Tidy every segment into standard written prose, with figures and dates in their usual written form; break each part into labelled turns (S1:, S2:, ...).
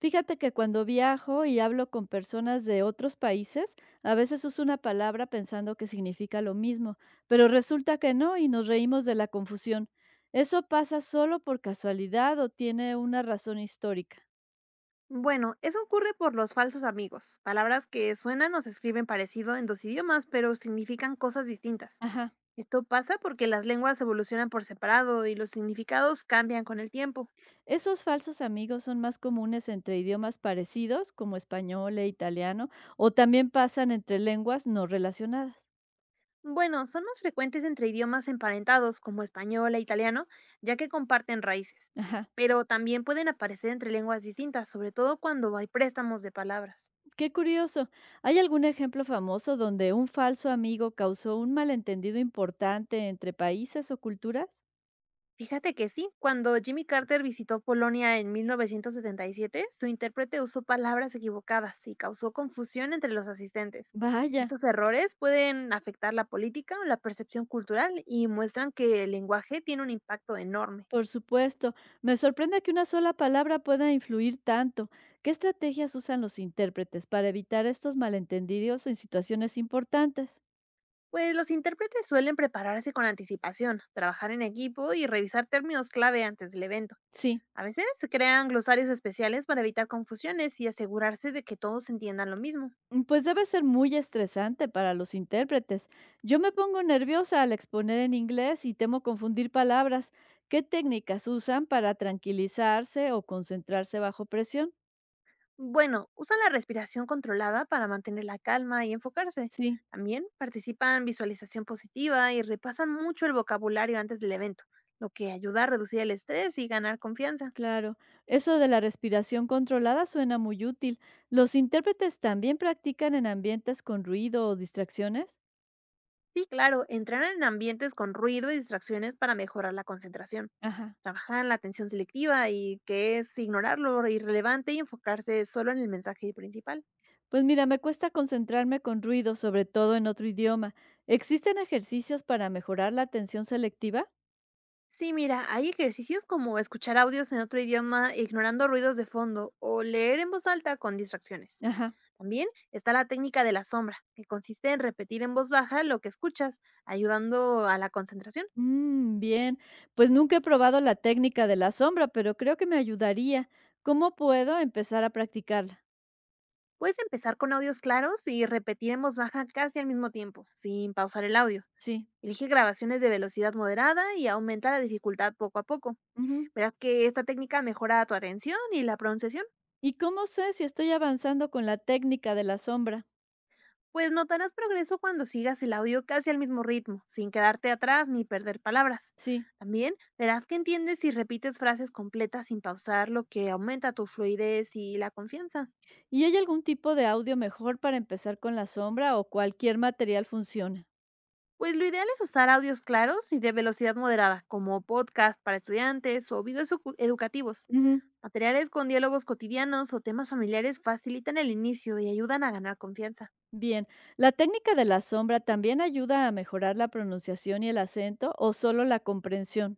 S1: Fíjate que cuando viajo y hablo con personas de otros países, a veces uso una palabra pensando que significa lo mismo, pero resulta que no y nos reímos de la confusión. ¿Eso pasa solo por casualidad o tiene una razón histórica?
S2: Bueno, eso ocurre por los falsos amigos, palabras que suenan o se escriben parecido en dos idiomas, pero significan cosas distintas.
S1: Ajá.
S2: Esto pasa porque las lenguas evolucionan por separado y los significados cambian con el tiempo.
S1: ¿Esos falsos amigos son más comunes entre idiomas parecidos, como español e italiano, o también pasan entre lenguas no relacionadas?
S2: Bueno, son más frecuentes entre idiomas emparentados como español e italiano, ya que comparten raíces,
S1: Ajá.
S2: pero también pueden aparecer entre lenguas distintas, sobre todo cuando hay préstamos de palabras.
S1: Qué curioso. ¿Hay algún ejemplo famoso donde un falso amigo causó un malentendido importante entre países o culturas?
S2: Fíjate que sí, cuando Jimmy Carter visitó Polonia en 1977, su intérprete usó palabras equivocadas y causó confusión entre los asistentes.
S1: Vaya,
S2: Estos errores pueden afectar la política o la percepción cultural y muestran que el lenguaje tiene un impacto enorme.
S1: por supuesto. Me sorprende que una sola palabra pueda influir tanto. ¿Qué estrategias usan los intérpretes para evitar estos malentendidos en situaciones importantes?
S2: Pues los intérpretes suelen prepararse con anticipación, trabajar en equipo y revisar términos clave antes del evento.
S1: Sí.
S2: A veces se crean glosarios especiales para evitar confusiones y asegurarse de que todos entiendan lo mismo.
S1: Mm, pues debe ser muy estresante para los intérpretes. Yo me pongo nerviosa al exponer en inglés y temo confundir palabras. ¿Qué técnicas usan para tranquilizarse o concentrarse bajo presión?
S2: Bueno, usan la respiración controlada para mantener la calma y enfocarse.
S1: Sí,
S2: También participan en visualización positiva y repasan mucho el vocabulario antes del evento, lo que ayuda a reducir el estrés y ganar confianza.
S1: claro. Eso de la respiración controlada suena muy útil. ¿Los intérpretes también practican en ambientes con ruido o distracciones?
S2: Sí, claro, entrenan en ambientes con ruido y distracciones para mejorar la concentración.
S1: Ajá.
S2: Trabajan la atención selectiva y que es ignorar lo irrelevante y enfocarse solo en el mensaje principal.
S1: Pues mira, me cuesta concentrarme con ruido, sobre todo en otro idioma. ¿Existen ejercicios para mejorar la atención selectiva?
S2: Sí, mira, hay ejercicios como escuchar audios en otro idioma ignorando ruidos de fondo o leer en voz alta con distracciones.
S1: Ajá.
S2: También está la técnica de la sombra, que consiste en repetir en voz baja lo que escuchas, ayudando a la concentración.
S1: Mm, bien, pues nunca he probado la técnica de la sombra, pero creo que me ayudaría. ¿Cómo puedo empezar a practicarla?
S2: Puedes empezar con audios claros y repetir en voz baja casi al mismo tiempo, sin pausar el audio.
S1: Sí.
S2: Elige grabaciones de velocidad moderada y aumenta la dificultad poco a poco.
S1: Ujú.
S2: Verás que esta técnica mejora tu atención y la pronunciación.
S1: ¿Y cómo sé si estoy avanzando con la técnica de la sombra?
S2: Pues notarás progreso cuando sigas el audio casi al mismo ritmo, sin quedarte atrás ni perder palabras.
S1: Sí.
S2: También verás que entiendes si repites frases completas sin pausar, lo que aumenta tu fluidez y la confianza.
S1: ¿Y hay algún tipo de audio mejor para empezar con la sombra o cualquier material funciona?
S2: Pues lo ideal es usar audios claros y de velocidad moderada, como podcast para estudiantes o videos educativos.
S1: Ujú.
S2: Materiales con diálogos cotidianos o temas familiares facilitan el inicio y ayudan a ganar confianza.
S1: Bien, ¿la técnica de la sombra también ayuda a mejorar la pronunciación y el acento o solo la comprensión?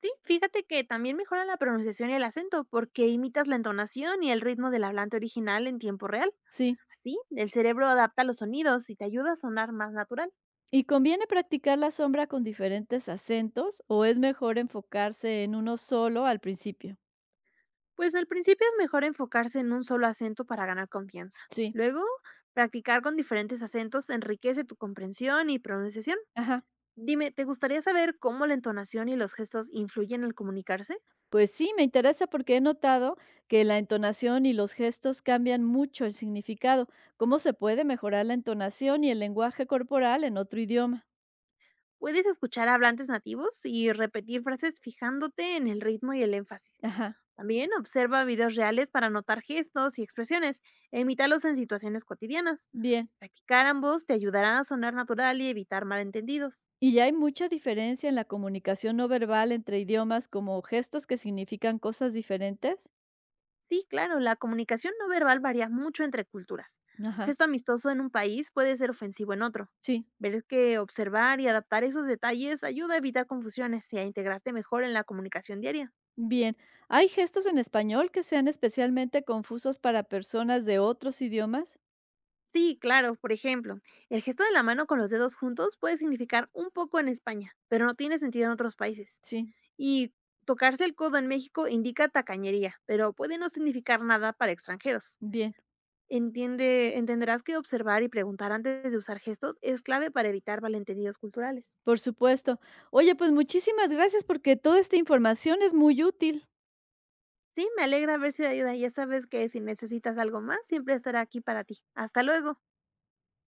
S2: Sí, fíjate que también mejora la pronunciación y el acento porque imitas la entonación y el ritmo del hablante original en tiempo real.
S1: Sí.
S2: Así, el cerebro adapta los sonidos y te ayuda a sonar más natural.
S1: ¿Y conviene practicar la sombra con diferentes acentos o es mejor enfocarse en uno solo al principio?
S2: Pues al principio es mejor enfocarse en un solo acento para ganar confianza.
S1: Sí.
S2: Luego, practicar con diferentes acentos enriquece tu comprensión y pronunciación.
S1: Ajá.
S2: Dime, ¿te gustaría saber cómo la entonación y los gestos influyen al comunicarse?
S1: Pues sí, me interesa porque he notado que la entonación y los gestos cambian mucho el significado. ¿Cómo se puede mejorar la entonación y el lenguaje corporal en otro idioma?
S2: Puedes escuchar a hablantes nativos y repetir frases fijándote en el ritmo y el énfasis.
S1: Ajá.
S2: También observa videos reales para notar gestos y expresiones e imítalos en situaciones cotidianas.
S1: Bien.
S2: Practicar ambos te ayudará a sonar natural y evitar malentendidos.
S1: ¿Y ya hay mucha diferencia en la comunicación no verbal entre idiomas como gestos que significan cosas diferentes?
S2: Sí, claro, la comunicación no verbal varía mucho entre culturas. Un
S1: Ajá.
S2: gesto amistoso en un país puede ser ofensivo en otro.
S1: Sí.
S2: Ver que observar y adaptar esos detalles ayuda a evitar confusiones y a integrarte mejor en la comunicación diaria.
S1: Bien, ¿hay gestos en español que sean especialmente confusos para personas de otros idiomas?
S2: Sí, claro, por ejemplo, el gesto de la mano con los dedos juntos puede significar un poco en España, pero no tiene sentido en otros países.
S1: Sí,
S2: Y tocarse el codo en México indica tacañería, pero puede no significar nada para extranjeros.
S1: bien,
S2: Entiende, entenderás que observar y preguntar antes de usar gestos es clave para evitar malentendidos culturales.
S1: por supuesto. Oye, pues muchísimas gracias porque toda esta información es muy útil.
S2: Sí, me alegra haber sido de ayuda. Ya sabes que si necesitas algo más, siempre estaré aquí para ti. Hasta luego.